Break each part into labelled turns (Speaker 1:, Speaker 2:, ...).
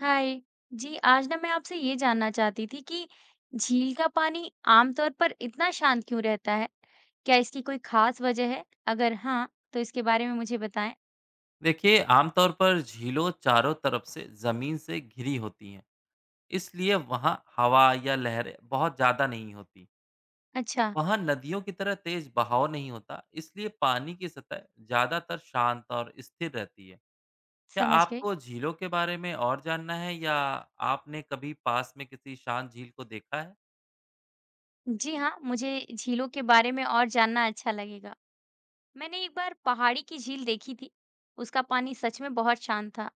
Speaker 1: हाय जी। आज ना मैं आपसे ये जानना चाहती थी कि झील का पानी आमतौर पर इतना शांत क्यों रहता है? क्या इसकी कोई खास वजह है? अगर हाँ, तो इसके बारे में मुझे बताएं।
Speaker 2: देखिए आमतौर पर झीलों चारों तरफ से ज़मीन से घिरी होती हैं। इसलिए वहाँ हवा या लहरें बहुत ज़्यादा नहीं होती।
Speaker 1: अच्छा।
Speaker 2: वहाँ नदियों की तरह तेज बहाव नहीं होता, इसलिए पानी की सतह ज़्यादातर शांत और स्थिर रहती है। क्या
Speaker 1: समझ गई।
Speaker 2: आपको झीलों के बारे में और जानना है, या आपने कभी पास में किसी शांत झील को देखा है?
Speaker 1: जी हाँ, मुझे झीलों के बारे में और जानना अच्छा लगेगा। मैंने एक बार पहाड़ी की झील देखी थी। उसका पानी सच में बहुत शांत था।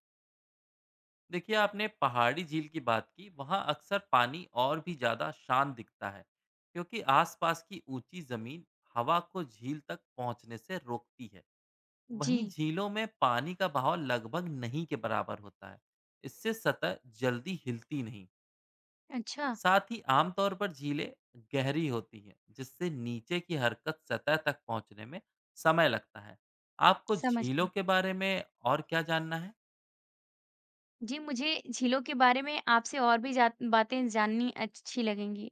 Speaker 2: देखिए, आपने पहाड़ी झील की बात की। वहाँ अक्सर पानी और भी ज़्यादा शांत दिखता है, क्योंकि आसपास की ऊंची ज़मीन हवा को झील तक पहुँचने से रोकती है। वहीं
Speaker 1: जी।
Speaker 2: झीलों में पानी का बहाव लगभग नहीं के बराबर होता है। इससे सतह जल्दी हिलती नहीं।
Speaker 1: अच्छा।
Speaker 2: साथ ही आमतौर पर झीलें गहरी होती हैं, जिससे नीचे की हरकत सतह तक पहुँचने में समय लगता है। आपको
Speaker 1: समझ
Speaker 2: झीलों
Speaker 1: गई।
Speaker 2: के बारे में और क्या जानना है?
Speaker 1: जी, मुझे झीलों के बारे में आपसे और भी बातें जाननी अच्छी लगेंगी।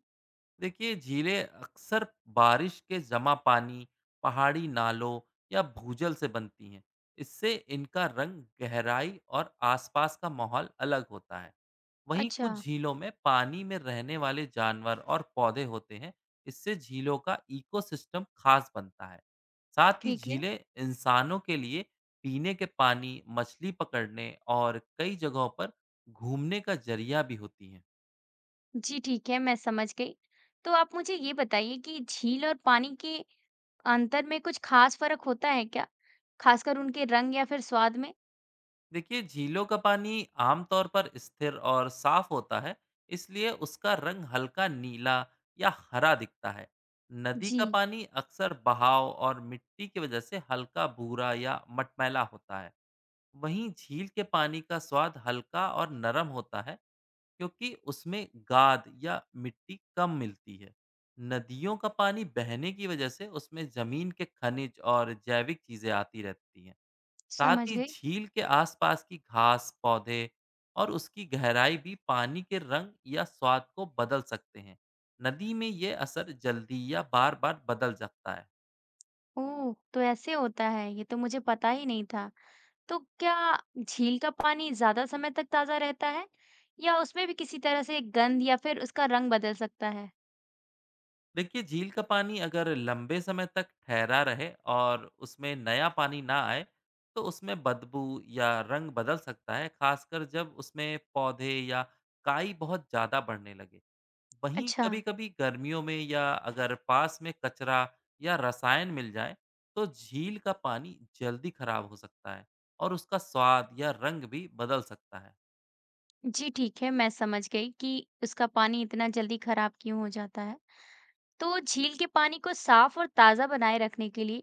Speaker 2: देखिए, झीलें अक्सर बारिश के जमा पानी, पहाड़ी नालों या भूजल से बनती हैं। इससे इनका रंग, गहराई और आसपास का माहौल अलग होता है। वहीं
Speaker 1: अच्छा।
Speaker 2: कुछ झीलों में पानी में रहने वाले जानवर और पौधे होते हैं। इससे झीलों का इकोसिस्टम खास बनता है। साथ ही
Speaker 1: ठीक है।
Speaker 2: झीलें इंसानों के लिए पीने के पानी, मछली पकड़ने और कई जगहों पर घूमने का जरिया भी होती हैं।
Speaker 1: जी ठीक है, मैं समझ गई। तो आप मुझे ये बताइए कि झील और पानी के अंतर में कुछ खास फ़र्क होता है क्या? खासकर उनके रंग या फिर स्वाद में?
Speaker 2: देखिए, झीलों का पानी आमतौर पर स्थिर और साफ होता है, इसलिए उसका रंग हल्का नीला या हरा दिखता है। नदी का
Speaker 1: जी।
Speaker 2: पानी अक्सर बहाव और मिट्टी की वजह से हल्का भूरा या मटमैला होता है। वहीं झील के पानी का स्वाद हल्का और नरम होता है, क्योंकि उसमें गाद या मिट्टी कम मिलती है। नदियों का पानी बहने की वजह से उसमें जमीन के खनिज और जैविक चीजें आती रहती हैं। साथ
Speaker 1: समझ
Speaker 2: ही
Speaker 1: गई।
Speaker 2: झील के आसपास की घास, पौधे और उसकी गहराई भी पानी के रंग या स्वाद को बदल सकते हैं। नदी में ये असर जल्दी या बार-बार बदल सकता है।
Speaker 1: ओह! तो ऐसे होता है, ये तो मुझे पता ही नहीं था। तो क्या झील का पानी ज़्यादा समय तक ताज़ा रहता है या उसमें भी किसी तरह से गंध या फिर उसका रंग बदल सकता है?
Speaker 2: देखिए, झील का पानी अगर लंबे समय तक ठहरा रहे और उसमें नया पानी ना आए, तो उसमें बदबू या रंग बदल सकता है, खासकर जब उसमें पौधे या काई बहुत ज़्यादा बढ़ने लगे। वहीं
Speaker 1: अच्छा।
Speaker 2: कभी-कभी गर्मियों में, या अगर पास में कचरा या रसायन मिल जाए, तो झील का पानी जल्दी खराब हो सकता है और उसका स्वाद या रंग भी बदल सकता है।
Speaker 1: जी ठीक है, मैं समझ गई कि उसका पानी इतना जल्दी खराब क्यों हो जाता है। तो झील के पानी को साफ और ताजा बनाए रखने के लिए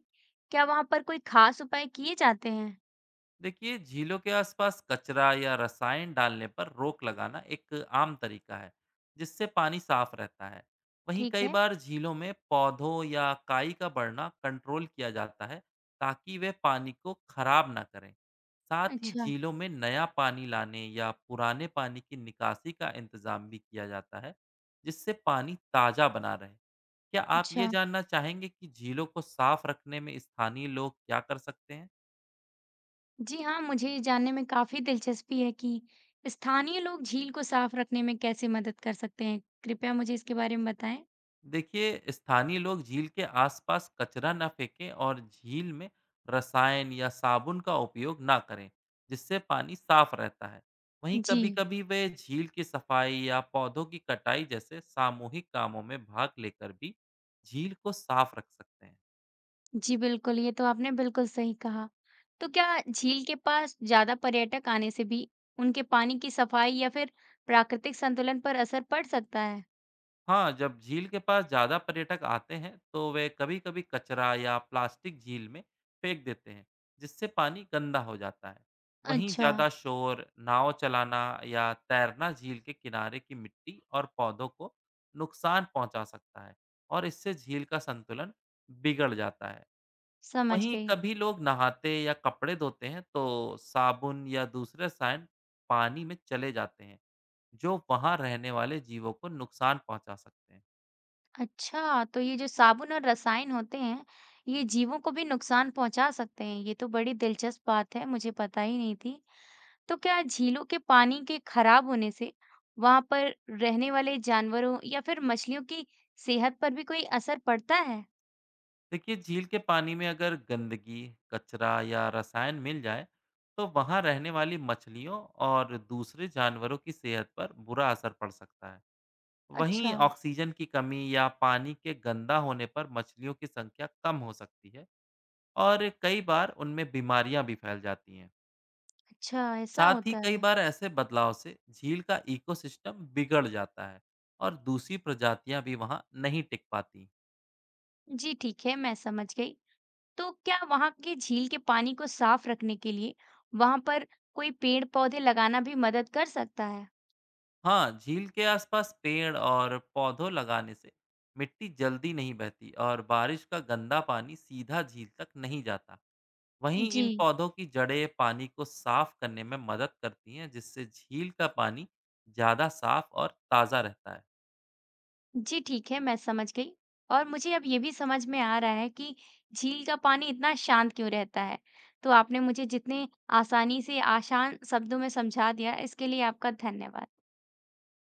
Speaker 1: क्या वहां पर कोई खास उपाय किए जाते हैं?
Speaker 2: देखिए, झीलों के आसपास कचरा या रसायन डालने पर रोक लगाना एक आम तरीका है, जिससे पानी साफ रहता है। वहीं
Speaker 1: ठीक
Speaker 2: कई
Speaker 1: है।
Speaker 2: बार झीलों में पौधों या काई का बढ़ना कंट्रोल किया जाता है, ताकि वे पानी को खराब ना करें। साथ ही
Speaker 1: अच्छा।
Speaker 2: झीलों में नया पानी लाने या पुराने पानी की निकासी का इंतजाम भी किया जाता है, जिससे पानी ताज़ा बना रहे। क्या आप ये
Speaker 1: अच्छा।
Speaker 2: जानना चाहेंगे कि झीलों को साफ रखने में स्थानीय लोग क्या कर सकते हैं?
Speaker 1: जी हाँ, मुझे ये जानने में काफी दिलचस्पी है कि स्थानीय लोग झील को साफ रखने में कैसे मदद कर सकते हैं। कृपया मुझे इसके बारे में बताएं।
Speaker 2: देखिए, स्थानीय लोग झील के आसपास कचरा न फेंकें और झील में रसायन या साबुन का उपयोग ना करें, जिससे पानी साफ रहता है। वहीं
Speaker 1: जी।
Speaker 2: कभी-कभी वे झील की सफाई या पौधों की कटाई जैसे सामूहिक कामों में भाग लेकर भी झील को साफ रख सकते हैं।
Speaker 1: जी बिल्कुल, ये तो आपने बिल्कुल सही कहा। तो क्या झील के पास ज्यादा पर्यटक आने से भी उनके पानी की सफाई या फिर प्राकृतिक संतुलन पर असर पड़ सकता है?
Speaker 2: हाँ, जब झील के पास ज़्यादा पर्यटक आते हैं, तो वे कभी-कभी कचरा या प्लास्टिक झील में फेंक देते हैं, जिससे पानी गंदा हो जाता है। वहीं
Speaker 1: अच्छा।
Speaker 2: ज़्यादा शोर, नाव चलाना या तैरना झील के किनारे की मिट्टी और पौधों को नुकसान पहुंचा सकता है, और इससे झील का संतुलन बिगड़ जाता है।
Speaker 1: समझ
Speaker 2: वहीं
Speaker 1: गई।
Speaker 2: कभी लोग नहाते या कपड़े धोते हैं, तो साबुन या दूसरे रसायन पानी में चले जाते हैं, जो वहाँ रहने वाले जीवों को नुकसान पहुंचा सकते हैं।
Speaker 1: अच्छा, तो ये जो साबुन और रसायन होते हैं, ये जीवों को भी नुकसान पहुंचा सकते हैं। ये तो बड़ी दिलचस्प बात है, मुझे पता ही नहीं थी। तो क्या झीलों के पानी के खराब होने से वहां पर रहने वाले जानवरों या फिर मछलियों की सेहत पर भी कोई असर पड़ता है?
Speaker 2: देखिए, झील के पानी में अगर गंदगी, कचरा या रसायन मिल जाए, तो वहाँ रहने वाली मछलियों और दूसरे जानवरों की सेहत पर बुरा असर पड़ सकता है। वहीं
Speaker 1: अच्छा।
Speaker 2: ऑक्सीजन की कमी या पानी के गंदा होने पर मछलियों की संख्या कम हो सकती है और कई बार उनमें बीमारियां भी फैल जाती हैं।
Speaker 1: अच्छा, ऐसा
Speaker 2: साथ ही
Speaker 1: होता
Speaker 2: कई
Speaker 1: है।
Speaker 2: बार ऐसे बदलाव से झील का इकोसिस्टम बिगड़ जाता है और दूसरी प्रजातियां भी वहाँ नहीं टिक पाती।
Speaker 1: जी ठीक है, मैं समझ गई। तो क्या वहां के झील के पानी को साफ रखने के लिए वहां पर कोई पेड़ पौधे लगाना भी मदद कर सकता है?
Speaker 2: हाँ, झील के आसपास पेड़ और पौधों लगाने से मिट्टी जल्दी नहीं बहती और बारिश का गंदा पानी सीधा झील तक नहीं जाता। वहीं
Speaker 1: जी
Speaker 2: इन पौधों की जड़ें पानी को साफ करने में मदद करती हैं, जिससे झील का पानी ज़्यादा साफ और ताज़ा रहता है।
Speaker 1: जी, ठीक है, मैं समझ गई। और मुझे अब ये भी समझ में आ रहा है कि झील का पानी इतना शांत क्यों रहता है। तो आपने मुझे जितने आसानी से आसान शब्दों में समझा दिया, इसके लिए आपका धन्यवाद।